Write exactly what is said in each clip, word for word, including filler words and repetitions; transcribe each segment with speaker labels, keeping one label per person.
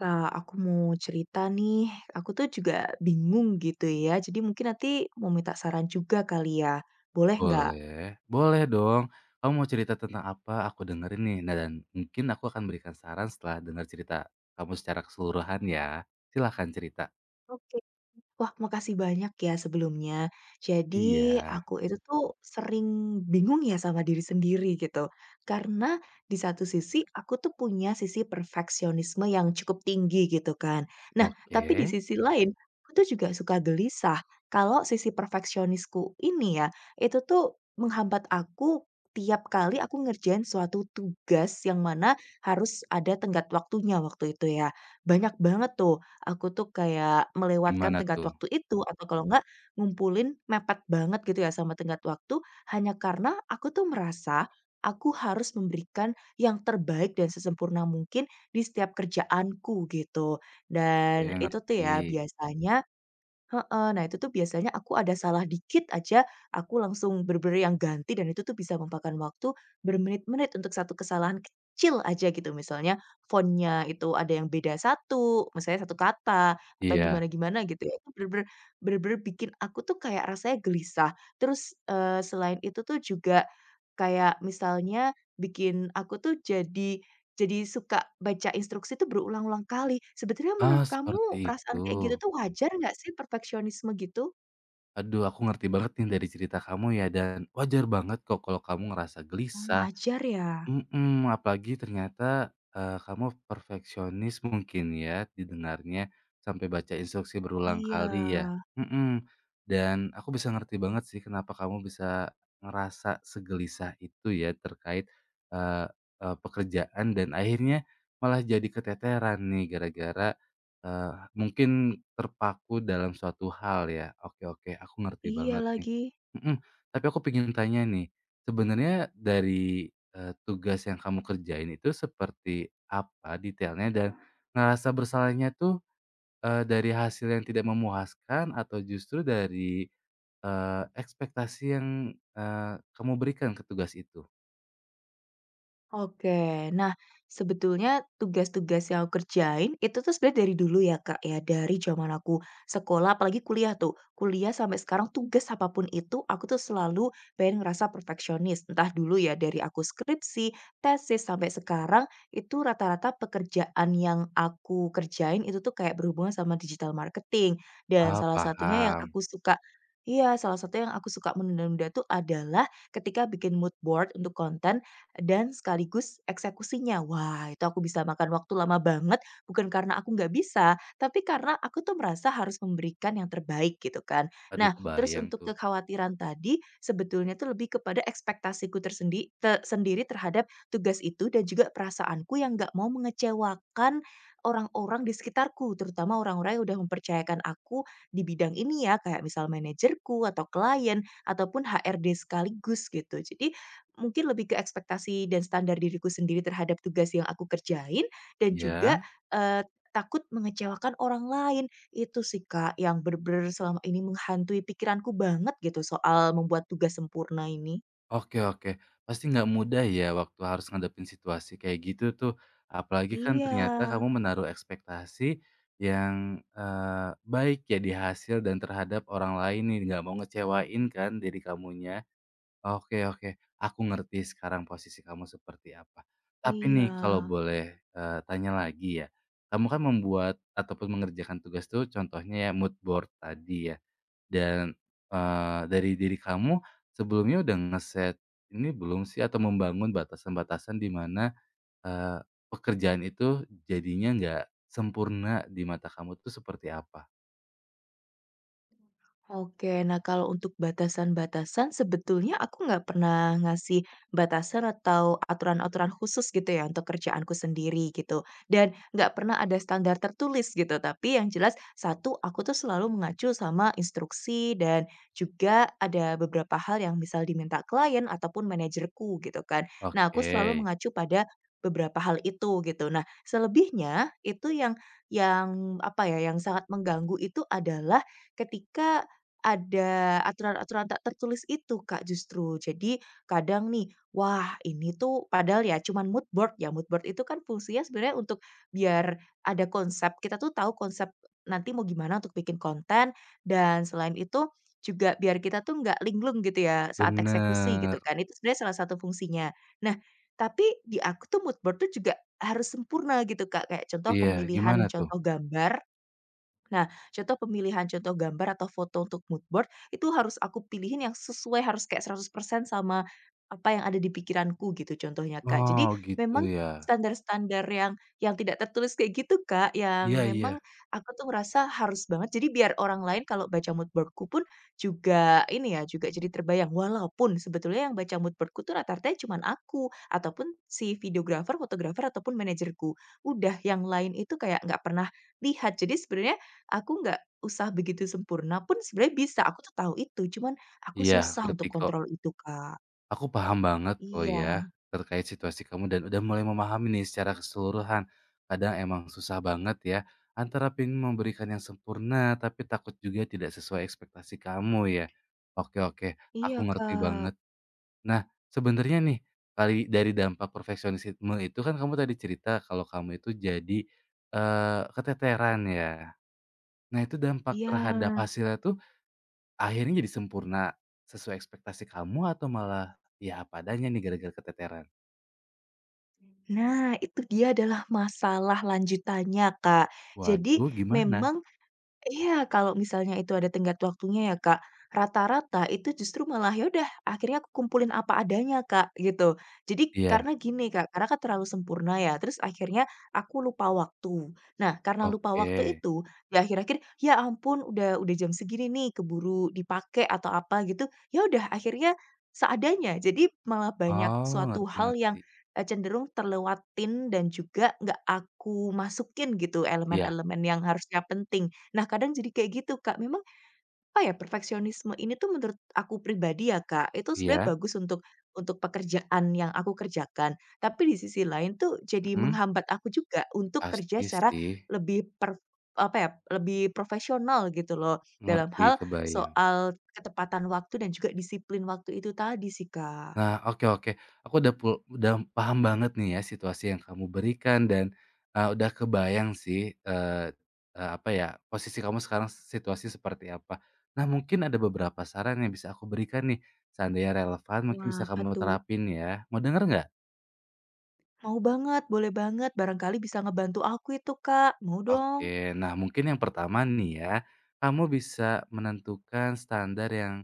Speaker 1: Kak, aku mau cerita nih. Aku tuh juga bingung gitu ya. Jadi mungkin nanti mau minta saran juga kali ya. Boleh nggak?
Speaker 2: Boleh, boleh dong. Kamu mau cerita tentang apa? Aku dengerin nih. Nah, dan mungkin aku akan berikan saran setelah dengar cerita kamu secara keseluruhan ya. Silahkan cerita.
Speaker 1: Wah, makasih banyak ya sebelumnya. Jadi
Speaker 2: Iya,
Speaker 1: aku itu tuh sering bingung ya sama diri sendiri gitu. Karena di satu sisi aku tuh punya sisi perfeksionisme yang cukup tinggi gitu kan. Nah,
Speaker 2: oke.
Speaker 1: tapi di sisi lain aku tuh juga suka gelisah kalau sisi perfeksionisku ini ya, itu tuh menghambat aku tiap kali aku ngerjain suatu tugas yang mana harus ada tenggat waktunya waktu itu ya. Banyak banget tuh aku tuh kayak melewatkan
Speaker 2: Gimana
Speaker 1: tenggat
Speaker 2: tuh?
Speaker 1: waktu itu atau kalau enggak ngumpulin mepet banget gitu ya sama tenggat waktu, hanya karena aku tuh merasa aku harus memberikan yang terbaik dan sesempurna mungkin di setiap kerjaanku gitu. Dan
Speaker 2: Saya
Speaker 1: itu tuh
Speaker 2: ngerti.
Speaker 1: ya biasanya heeh. Nah, itu tuh biasanya aku ada salah dikit aja, aku langsung bener-bener yang ganti dan itu tuh bisa memakan waktu bermenit-menit untuk satu kesalahan kecil aja gitu. Misalnya font itu ada yang beda satu, misalnya satu kata atau
Speaker 2: Iya.
Speaker 1: gimana-gimana gitu ya. Itu bener-bener bener-bener bikin aku tuh kayak rasanya gelisah. Terus, eee, selain itu tuh juga kayak misalnya bikin aku tuh jadi jadi suka baca instruksi itu berulang-ulang kali. Sebetulnya menurut
Speaker 2: Ah, seperti
Speaker 1: kamu perasaan
Speaker 2: itu.
Speaker 1: kayak gitu tuh wajar nggak sih perfeksionisme gitu?
Speaker 2: Aduh, aku ngerti banget nih dari cerita kamu ya, dan wajar banget kok kalau kamu ngerasa
Speaker 1: Oh
Speaker 2: gelisah.
Speaker 1: wajar ya?
Speaker 2: Mhm, apalagi ternyata, eee, kamu perfeksionis mungkin ya didengarnya, sampai baca instruksi berulang
Speaker 1: Iya,
Speaker 2: kali ya? Mhm, dan aku bisa ngerti banget sih kenapa kamu bisa ngerasa segelisah itu ya, terkait, eee eee, pekerjaan, dan akhirnya malah jadi keteteran nih gara-gara, eee, mungkin terpaku dalam suatu hal ya. Oke oke, aku ngerti
Speaker 1: iya
Speaker 2: banget nih.
Speaker 1: lagi.
Speaker 2: Mhm, tapi aku pengen tanya nih, sebenarnya dari Eee, tugas yang kamu kerjain itu seperti apa detailnya, dan ngerasa bersalahnya tuh, eee, dari hasil yang tidak memuaskan, atau justru dari, eee, ekspektasi yang, eee, kamu berikan ke tugas itu?
Speaker 1: Oke. Nah, sebetulnya tugas-tugas yang aku kerjain itu tuh sebenarnya dari dulu ya, Kak, ya, dari zaman aku sekolah apalagi kuliah tuh. Kuliah sampai sekarang tugas apapun itu aku tuh selalu pengen ngerasa perfeksionis. Entah dulu ya dari aku skripsi, tesis sampai sekarang itu rata-rata pekerjaan yang aku kerjain itu tuh kayak berhubungan sama digital marketing dan
Speaker 2: Ah,
Speaker 1: salah satunya yang
Speaker 2: paham.
Speaker 1: aku suka iya, salah satu yang aku suka menunda-nunda tuh adalah ketika bikin mood board untuk konten dan sekaligus eksekusinya. Wah, itu aku bisa makan waktu lama banget, bukan karena aku nggak bisa, tapi karena aku tuh merasa harus memberikan yang terbaik gitu kan.
Speaker 2: Aduh,
Speaker 1: Nah, terus
Speaker 2: kebayang
Speaker 1: untuk
Speaker 2: tuh.
Speaker 1: kekhawatiran tadi, sebetulnya tuh lebih kepada ekspektasiku tersendi te- sendiri terhadap tugas itu dan juga perasaanku yang nggak mau mengecewakan orang-orang di sekitarku, terutama orang-orang yang udah mempercayakan aku di bidang ini ya, kayak misal manajerku atau klien ataupun H R D sekaligus gitu. Jadi mungkin lebih ke ekspektasi dan standar diriku sendiri terhadap tugas yang aku kerjain dan
Speaker 2: Iya?
Speaker 1: juga, eee, takut mengecewakan orang lain. Itu sih, Kak, yang bener-bener selama ini menghantui pikiranku banget gitu soal membuat tugas sempurna ini.
Speaker 2: Oke oke. Pasti nggak mudah ya waktu harus ngadepin situasi kayak gitu tuh. Apalagi kan
Speaker 1: Iya,
Speaker 2: ternyata kamu menaruh ekspektasi yang, eee, baik ya di hasil dan terhadap orang lain nih, nggak mau ngecewain kan diri kamunya. Oke oke, aku ngerti sekarang posisi kamu seperti apa. Tapi nih
Speaker 1: iya.
Speaker 2: kalau boleh, eee, tanya lagi ya. Kamu kan membuat ataupun mengerjakan tugas tuh, contohnya ya mood board tadi ya. Dan, eee, dari diri kamu sebelumnya udah ngeset ini belum sih, atau membangun batasan-batasan di mana, eee, pekerjaan itu jadinya nggak sempurna di mata kamu tuh seperti apa?
Speaker 1: Oke, nah kalau untuk batasan-batasan sebetulnya aku nggak pernah ngasih batasan atau aturan-aturan khusus gitu ya untuk kerjaanku sendiri gitu. Dan nggak pernah ada standar tertulis gitu. Tapi yang jelas satu aku tuh selalu mengacu sama instruksi dan juga ada beberapa hal yang misal diminta klien ataupun manajerku gitu kan. Nah, aku
Speaker 2: Oke,
Speaker 1: selalu mengacu pada beberapa hal itu gitu. Nah, selebihnya itu yang yang apa ya yang sangat mengganggu itu adalah ketika ada aturan-aturan tak tertulis itu, Kak, justru. Jadi kadang nih, wah ini tuh padahal ya cuman mood board ya, mood board itu kan fungsinya sebenarnya untuk biar ada konsep, kita tuh tahu konsep nanti mau gimana untuk bikin konten dan selain itu juga biar kita tuh nggak linglung gitu ya saat eksekusi gitu
Speaker 2: bener.
Speaker 1: kan, itu sebenarnya salah satu fungsinya. Nah, tapi di aku tuh mood board tuh juga harus sempurna gitu, Kak, kayak contoh
Speaker 2: Iya,
Speaker 1: pemilihan
Speaker 2: gimana tuh?
Speaker 1: contoh gambar. Nah, contoh pemilihan contoh gambar atau foto untuk mood board itu harus aku pilihin yang sesuai harus kayak seratus persen sama apa yang ada di pikiranku gitu contohnya, Kak. Jadi
Speaker 2: Oh, gitu
Speaker 1: memang
Speaker 2: ya.
Speaker 1: standar-standar yang yang tidak tertulis kayak gitu, Kak, yang
Speaker 2: Iya iya.
Speaker 1: memang aku tuh merasa harus banget. Jadi biar orang lain kalau baca mood boardku pun juga ini ya, juga jadi terbayang. Walaupun sebetulnya yang baca mood boardku tuh rata-rata cuman aku ataupun si videografer, fotografer ataupun manajerku. Udah yang lain itu kayak nggak pernah lihat. Jadi sebenarnya aku nggak usah begitu sempurna pun sebenarnya bisa, aku tuh tahu itu, cuman aku
Speaker 2: Iya,
Speaker 1: susah
Speaker 2: ngerti
Speaker 1: untuk
Speaker 2: kok.
Speaker 1: kontrol itu, Kak.
Speaker 2: Aku paham banget kok
Speaker 1: Iya,
Speaker 2: ya, terkait situasi kamu, dan udah mulai memahami nih secara keseluruhan. Kadang emang susah banget ya, antara ingin memberikan yang sempurna, tapi takut juga tidak sesuai ekspektasi kamu ya. Oke oke,
Speaker 1: iya,
Speaker 2: aku ngerti
Speaker 1: Kak,
Speaker 2: banget. Nah, sebenarnya nih, kali dari dampak perfeksionisme itu kan kamu tadi cerita kalau kamu itu jadi, eee, keteteran ya. Nah, itu dampak
Speaker 1: iya.
Speaker 2: terhadap hasilnya tuh akhirnya jadi sempurna sesuai ekspektasi kamu, atau malah ya apa adanya nih gara-gara keteteran?
Speaker 1: Nah, itu dia adalah masalah lanjutannya, Kak. Jadi
Speaker 2: Waduh, gimana?
Speaker 1: memang iya, kalau misalnya itu ada tenggat waktunya ya, Kak, rata-rata itu justru malah, ya udah akhirnya aku kumpulin apa adanya, Kak, gitu. Jadi
Speaker 2: Iya,
Speaker 1: karena gini, Kak, karena kan terlalu sempurna ya, terus akhirnya aku lupa waktu. Nah, karena lupa
Speaker 2: oke.
Speaker 1: waktu itu, ya akhir-akhir, ya ampun udah udah jam segini nih keburu dipakai atau apa gitu, ya udah akhirnya seadanya. Jadi malah banyak
Speaker 2: Oh,
Speaker 1: suatu
Speaker 2: ngerti
Speaker 1: hal
Speaker 2: ngerti.
Speaker 1: yang, eee, cenderung terlewatin dan juga nggak aku masukin gitu
Speaker 2: Iya
Speaker 1: elemen-elemen yang harusnya penting. Nah, kadang jadi kayak gitu, Kak. Memang apa ya, perfeksionisme ini tuh menurut aku pribadi ya, Kak, itu sebenarnya
Speaker 2: iya,
Speaker 1: bagus untuk untuk pekerjaan yang aku kerjakan. Tapi di sisi lain tuh jadi
Speaker 2: mhm,
Speaker 1: menghambat aku juga untuk
Speaker 2: pasti
Speaker 1: kerja secara
Speaker 2: sih,
Speaker 1: lebih per apa ya, lebih profesional gitu loh, dalam
Speaker 2: ngerti,
Speaker 1: hal
Speaker 2: kebayang.
Speaker 1: soal ketepatan waktu dan juga disiplin waktu itu tadi sih, Kak.
Speaker 2: Nah, oke oke. Aku udah pul udah paham banget nih ya situasi yang kamu berikan, dan, eee, udah kebayang sih, eee eee, apa ya, posisi kamu sekarang situasi seperti apa. Nah, mungkin ada beberapa saran yang bisa aku berikan nih, seandainya relevan mungkin
Speaker 1: Wah,
Speaker 2: bisa
Speaker 1: apa
Speaker 2: kamu
Speaker 1: tuh?
Speaker 2: terapin ya. Mau denger nggak?
Speaker 1: Mau banget, boleh banget, barangkali bisa ngebantu aku itu, Kak. Mau dong.
Speaker 2: Oke. Nah, mungkin yang pertama nih ya, kamu bisa menentukan standar yang,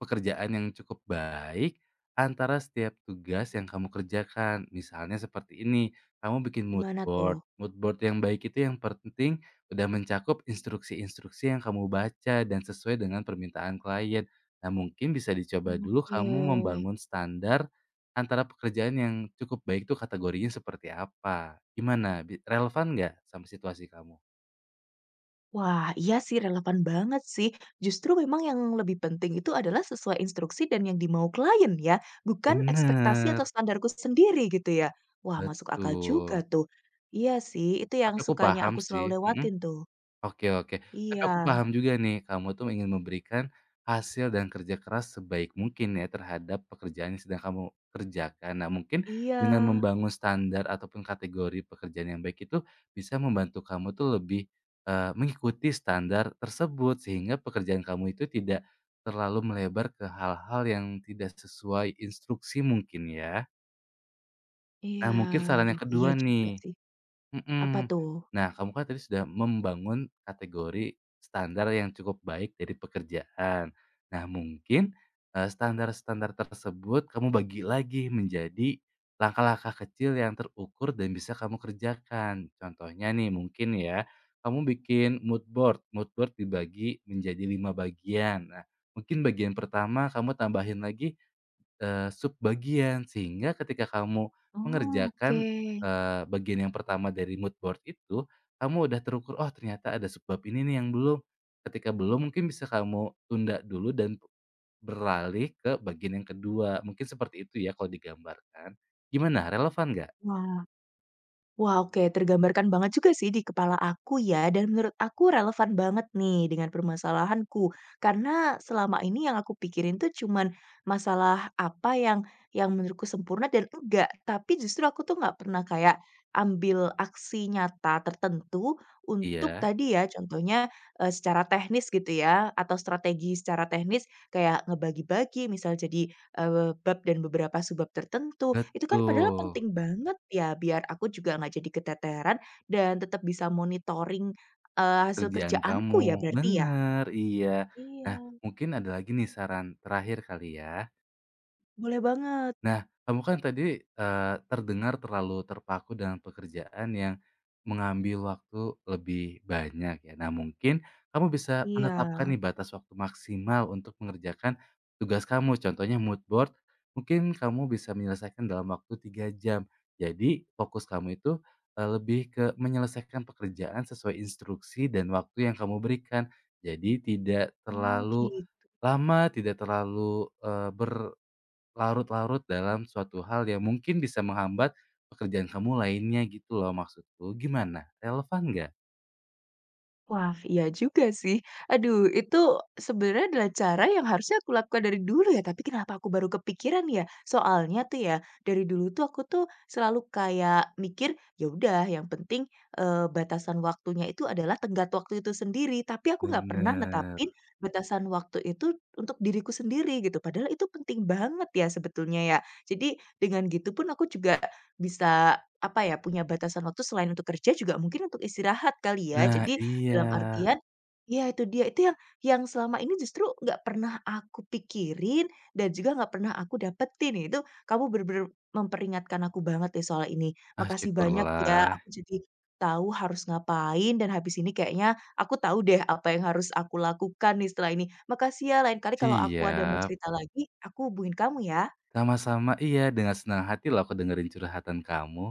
Speaker 2: pekerjaan yang cukup baik antara setiap tugas yang kamu kerjakan. Misalnya seperti ini, kamu bikin mood
Speaker 1: Gimana
Speaker 2: board.
Speaker 1: tuh?
Speaker 2: Mood board yang baik itu yang penting udah mencakup instruksi-instruksi yang kamu baca dan sesuai dengan permintaan klien. Nah, mungkin bisa dicoba dulu
Speaker 1: Oke.
Speaker 2: kamu membangun standar antara pekerjaan yang cukup baik itu kategorinya seperti apa. Gimana? Bi- Relevan nggak sama situasi kamu?
Speaker 1: Wah, iya sih relevan banget sih. Justru memang yang lebih penting itu adalah sesuai instruksi dan yang dimau klien ya, bukan ekspektasi atau
Speaker 2: Bener,
Speaker 1: standarku sendiri gitu ya. Wah, masuk akal juga
Speaker 2: betul.
Speaker 1: tuh. Iya sih, itu yang
Speaker 2: Tapi aku
Speaker 1: sukanya
Speaker 2: paham
Speaker 1: aku selalu
Speaker 2: sih. Mhm.
Speaker 1: lewatin tuh.
Speaker 2: Oke oke. Tapi
Speaker 1: Iya,
Speaker 2: aku paham juga nih, kamu tuh ingin memberikan hasil dan kerja keras sebaik mungkin ya terhadap pekerjaan yang sedang kamu kerjakan. Nah, mungkin
Speaker 1: iya,
Speaker 2: dengan membangun standar ataupun kategori pekerjaan yang baik itu bisa membantu kamu tuh lebih, eee, mengikuti standar tersebut, sehingga pekerjaan kamu itu tidak terlalu melebar ke hal-hal yang tidak sesuai instruksi mungkin ya.
Speaker 1: iya.
Speaker 2: Nah, mungkin saran
Speaker 1: Aduh,
Speaker 2: yang
Speaker 1: iya
Speaker 2: kedua
Speaker 1: juga
Speaker 2: nih.
Speaker 1: sih. Apa
Speaker 2: Mhm.
Speaker 1: tuh?
Speaker 2: Nah, kamu kan tadi sudah membangun kategori standar yang cukup baik dari pekerjaan. Nah, mungkin, eee, standar-standar tersebut kamu bagi lagi menjadi langkah-langkah kecil yang terukur dan bisa kamu kerjakan. Contohnya nih mungkin ya, kamu bikin mood board, mood board dibagi menjadi lima bagian. Nah, mungkin bagian pertama kamu tambahin lagi Eee, subbagian, sehingga ketika kamu
Speaker 1: Oh, oke.
Speaker 2: mengerjakan, eee, bagian yang pertama dari mood board itu, kamu udah terukur, "Oh, ternyata ada subbab ini nih yang belum." Ketika belum mungkin bisa kamu tunda dulu dan beralih ke bagian yang kedua, mungkin seperti itu ya kalau digambarkan. Gimana, relevan nggak?
Speaker 1: Wah. Wah, oke, tergambarkan banget juga sih di kepala aku ya, dan menurut aku relevan banget nih dengan permasalahanku. Karena selama ini yang aku pikirin tuh cuman masalah apa yang yang menurutku sempurna dan enggak, tapi justru aku tuh nggak pernah kayak ambil aksi nyata tertentu untuk
Speaker 2: Iya,
Speaker 1: tadi ya, contohnya, eee, secara teknis gitu ya, atau strategi secara teknis kayak ngebagi-bagi misal jadi Eee, bab dan beberapa subbab tertentu, itu kan padahal
Speaker 2: betul,
Speaker 1: penting banget ya biar aku juga nggak jadi keteteran dan tetap bisa monitoring, eee, hasil
Speaker 2: pekerjaan
Speaker 1: kerjaanku
Speaker 2: kamu,
Speaker 1: ya berarti ya?
Speaker 2: bener, iya. Nah,
Speaker 1: Iya.
Speaker 2: mungkin ada lagi nih saran terakhir kali ya.
Speaker 1: Boleh banget,
Speaker 2: Nah, kamu kan tadi, eee, terdengar terlalu terpaku dengan pekerjaan yang mengambil waktu lebih banyak ya. Nah, mungkin kamu bisa menetapkan
Speaker 1: iya.
Speaker 2: nih batas waktu maksimal untuk mengerjakan tugas kamu. Contohnya mood board, mungkin kamu bisa menyelesaikan dalam waktu tiga jam. Jadi fokus kamu itu, eee, lebih ke menyelesaikan pekerjaan sesuai instruksi dan waktu yang kamu berikan. Jadi tidak
Speaker 1: Oh,
Speaker 2: terlalu
Speaker 1: gitu.
Speaker 2: lama, tidak terlalu, eee, ber larut-larut dalam suatu hal yang mungkin bisa menghambat pekerjaan kamu lainnya gitu loh maksudku, gimana? Relevan nggak?
Speaker 1: Wah, iya juga sih. Aduh, itu sebenarnya adalah cara yang harusnya aku lakukan dari dulu ya, tapi kenapa aku baru kepikiran ya? Soalnya tuh ya, dari dulu tuh aku tuh selalu kayak mikir, ya udah yang penting eh, batasan waktunya itu adalah tenggat waktu itu sendiri, tapi aku nggak pernah
Speaker 2: Bener.
Speaker 1: netapin batasan waktu itu untuk diriku sendiri gitu. Padahal itu penting banget ya sebetulnya ya. Jadi dengan gitu pun aku juga bisa apa ya punya batasan waktu selain untuk kerja juga mungkin untuk istirahat kali ya.
Speaker 2: Nah
Speaker 1: Jadi
Speaker 2: iya.
Speaker 1: dalam artian ya itu dia, itu yang yang selama ini justru nggak pernah aku pikirin dan juga nggak pernah aku dapetin ya, itu kamu bener-bener memperingatkan aku banget deh soal ini.
Speaker 2: Ah,
Speaker 1: Makasih banyak ya,
Speaker 2: syukurlah.
Speaker 1: aku jadi tahu harus ngapain dan habis ini kayaknya aku tahu deh apa yang harus aku lakukan nih setelah ini. Makasih ya, lain kali kalau aku ada mau
Speaker 2: Siap.
Speaker 1: cerita lagi, aku hubungin kamu ya.
Speaker 2: Sama-sama iya, dengan senang hati loh aku dengerin curhatan kamu.